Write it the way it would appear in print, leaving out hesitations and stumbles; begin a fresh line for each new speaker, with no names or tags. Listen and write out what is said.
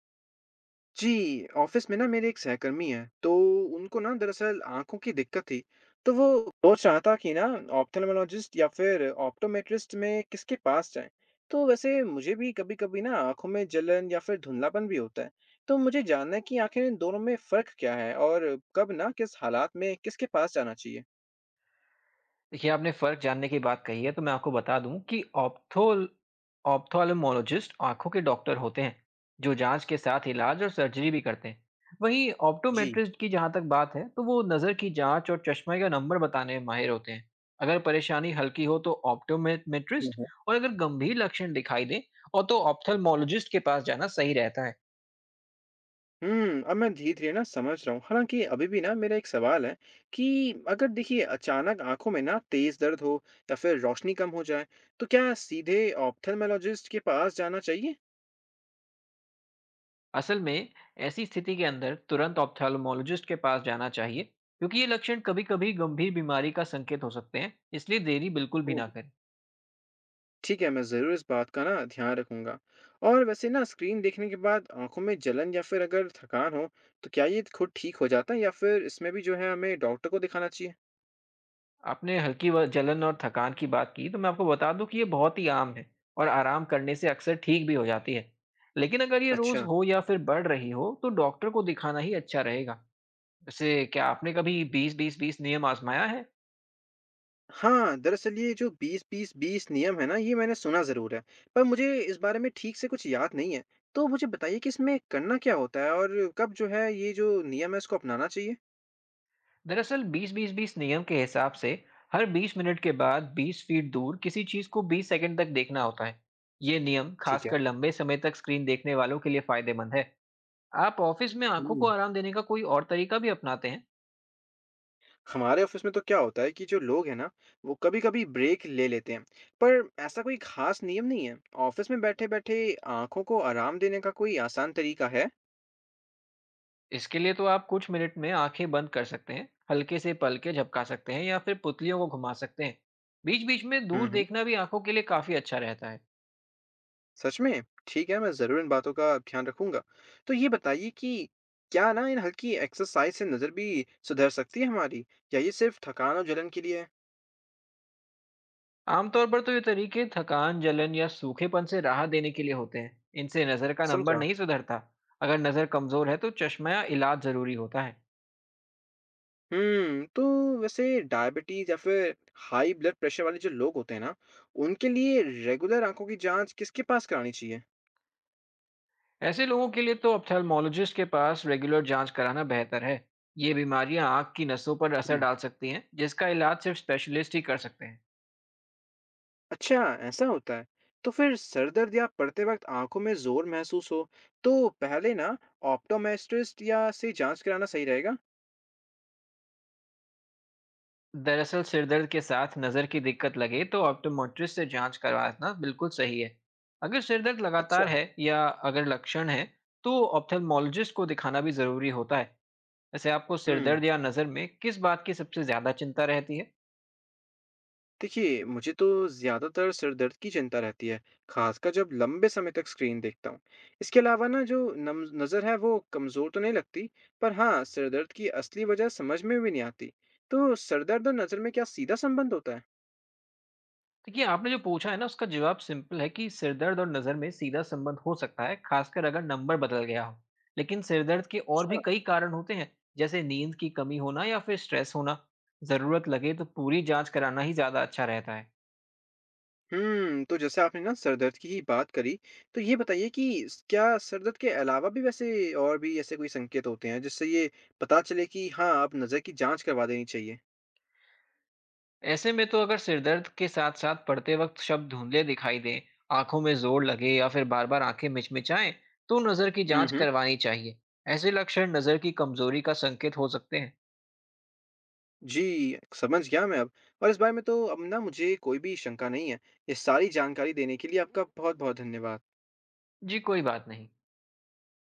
जी, office में ना मेरे एक सहकर्मी हैं, तो उनको ना दरअसल आँखों की दिक्कत थी। तो वो सोच रहा था कि ना ऑप्थेल्मोलॉजिस्ट या फिर ऑप्टोमेट्रिस्ट में किसके पास जाएँ। तो वैसे मुझे भी कभी-कभी ना आँखों में जलन या फिर धुंधलापन भी होता है। तो मुझे जानना है कि आखिर इन दोनों में फ़र्क क्या है और कब ना किस हालात में किसके पास जाना चाहिए?
देखिए, आपने फ़र्क जानने की बात कही है, तो मैं आपको बता दूँ कि ऑप्थोल ऑप्थाल्मोलॉजिस्ट आँखों के डॉक्टर होते हैं, जो जाँच के साथ इलाज और सर्जरी भी करते हैं। वहीं
जी।
ऑप्टोमेट्रिस्ट की जहाँ तक बात है, तो वो नज़र की जाँच और चश्मे का नंबर बताने में माहिर होते हैं। अगर परेशानी हल्की हो तो ऑप्टोमेट्रिस्ट अगर गंभीर लक्षण दिखाई दें तो ऑप्थाल्मोलॉजिस्ट के पास जाना सही रहता है।
हुँ, अब मैं धीरे-धीरे ना समझ रहा हूँ। हालाँकि अभी भी ना मेरा एक सवाल है कि अगर देखिए अचानक आँखों में ना तेज़ दर्द हो या फिर रोशनी कम हो जाए, तो क्या सीधे ऑप्थेल्मोलॉजिस्ट के पास जाना चाहिए?
असल में ऐसी स्थिति के अंदर तुरंत ऑप्थेल्मोलॉजिस्ट के पास जाना चाहिए क्योंकि ये लक्षण कभी-कभी गंभीर बीमारी का संकेत हो सकते हैं, इसलिए देरी बिल्कुल भी
ओह!
ना करें।
ठीक है, मैं ज़रूर इस बात का ना ध्यान रखूँगा। और वैसे ना स्क्रीन देखने के बाद आँखों में जलन या फिर अगर थकान हो, तो क्या ये खुद ठीक हो जाता है या फिर इसमें भी जो है हमें डॉक्टर को दिखाना चाहिए?
आपने हल्की जलन और थकान की बात की, तो मैं आपको बता दूं कि ये बहुत ही आम है और आराम करने से अक्सर ठीक भी हो जाती है। लेकिन अगर ये रोज
अच्छा।
हो या फिर बढ़ रही हो, तो डॉक्टर को दिखाना ही अच्छा रहेगा। वैसे क्या आपने कभी बीस बीस बीस नियम आजमाया है?
हाँ, दरअसल ये जो 20-20-20 नियम है ना, ये मैंने सुना ज़रूर है, पर मुझे इस बारे में ठीक से कुछ याद नहीं है। तो मुझे बताइए कि इसमें करना क्या होता है और कब जो है ये जो नियम है इसको अपनाना चाहिए?
दरअसल 20-20-20 नियम के हिसाब से हर 20 मिनट के बाद 20 फीट दूर किसी चीज को 20 सेकंड तक देखना होता है। ये नियम
ठीक है।
खासकर लंबे समय तक स्क्रीन देखने वालों के लिए फायदेमंद है। आप ऑफिस में आंखों
हम्म।
को आराम देने का कोई और तरीका भी अपनाते हैं?
हमारे ऑफिस में तो क्या होता है कि जो लोग हैं ना, वो कभी-कभी ब्रेक ले लेते हैं, पर ऐसा कोई खास नियम नहीं है। ऑफिस में बैठे-बैठे आंखों को आराम देने का कोई आसान तरीका है?
इसके लिए तो आप कुछ मिनट में आंखें बंद कर सकते हैं, हल्के से पलके झपका सकते हैं या फिर पुतलियों को घुमा सकते हैं। बीच-बीच में दूर
हुँ,
देखना भी आंखों के लिए काफी अच्छा रहता है।
सच में? ठीक है, मैं ज़रूर इन बातों का ध्यान रखूँगा। तो ये बताइए कि क्या ना इन हल्की एक्सरसाइज़ से नज़र भी सुधर सकती है हमारी या ये सिर्फ़ थकान और जलन के लिए है?
आमतौर पर तो ये तरीके थकान, जलन या सूखेपन से राहत देने के लिए होते हैं। इनसे नज़र का नंबर
समझा।
नहीं सुधरता। अगर नज़र कमज़ोर है तो चश्मा या इलाज ज़रूरी होता है।
हुँ, तो वैसे डायबिटीज़ या फिर हाई ब्लड प्रेशर वाले जो लोग होते हैं ना, उनके लिए रेगुलर आँखों की जाँच किसके पास करानी चाहिए?
ऐसे लोगों के लिए तो ऑप्थेल्मोलॉजिस्ट के पास रेगुलर जांच कराना बेहतर है। ये बीमारियां आँख की नसों पर असर
जी।
डाल सकती हैं, जिसका इलाज सिर्फ स्पेशलिस्ट ही कर सकते हैं।
अच्छा, ऐसा होता है। तो फिर सर-दर्द या पढ़ते वक़्त आँखों में ज़ोर महसूस हो, तो पहले ना ऑप्टोमेट्रिस्ट या से जाँच कराना सही रहेगा?
दरअसल सिरदर्द के साथ नज़र की दिक्कत लगे तो ऑप्टोमेट्रिस्ट से जांच करवाना बिल्कुल सही है। अगर सिरदर्द लगातार
अच्छा।
है या अगर लक्षण है, तो ऑप्थेल्मोलॉजिस्ट को दिखाना भी ज़रूरी होता है। वैसे आपको
हुँ।
सिरदर्द या नज़र में किस बात की सबसे ज़्यादा चिंता रहती है?
देखिए, मुझे तो ज़्यादातर सिर दर्द की चिंता रहती है, खासकर जब लंबे समय तक स्क्रीन देखता हूँ। इसके अलावा ना जो नम नज़र है वो कमज़ोर तो नहीं लगती, पर हाँ, सिर दर्द की असली वजह समझ में भी नहीं आती। तो सिर दर्द और नज़र में क्या सीधा संबंध होता है?
देखिए, आपने जो पूछा है ना, उसका जवाब सिंपल है कि सिरदर्द और नज़र में सीधा संबंध हो सकता है, खासकर अगर नंबर बदल गया हो। लेकिन सिरदर्द के और भी
अच्छा।
कई कारण होते हैं, जैसे नींद की कमी होना या फिर स्ट्रेस होना। ज़रूरत लगे तो पूरी जांच कराना ही ज़्यादा अच्छा रहता है।
हुँ, तो जैसे आपने ना सिर दर्द की ही बात करी, तो ये बताइए कि स क्या सिर दर्द के अलावा भी वैसे और भी ऐसे कोई संकेत होते हैं, जिससे ये पता चले कि हाँ, अब नज़र की जाँच करवा देनी चाहिए?
ऐसे में तो अगर सिरदर्द के साथ साथ पढ़ते वक्त शब्द धुंधले दिखाई दें, आंखों में जोर लगे या फिर बार बार आंखें मिचमिचाएं, तो नज़र की
हुँ,
जांच
हुँ।
करवानी चाहिए। ऐसे लक्षण नज़र की कमजोरी का संकेत हो सकते हैं।
जी, समझ गया मैं अब और इस बारे में तो अब ना मुझे कोई भी शंका नहीं है। ये सारी जानकारी देने के लिए आपका बहुत-बहुत धन्यवाद।
जी, कोई बात नहीं।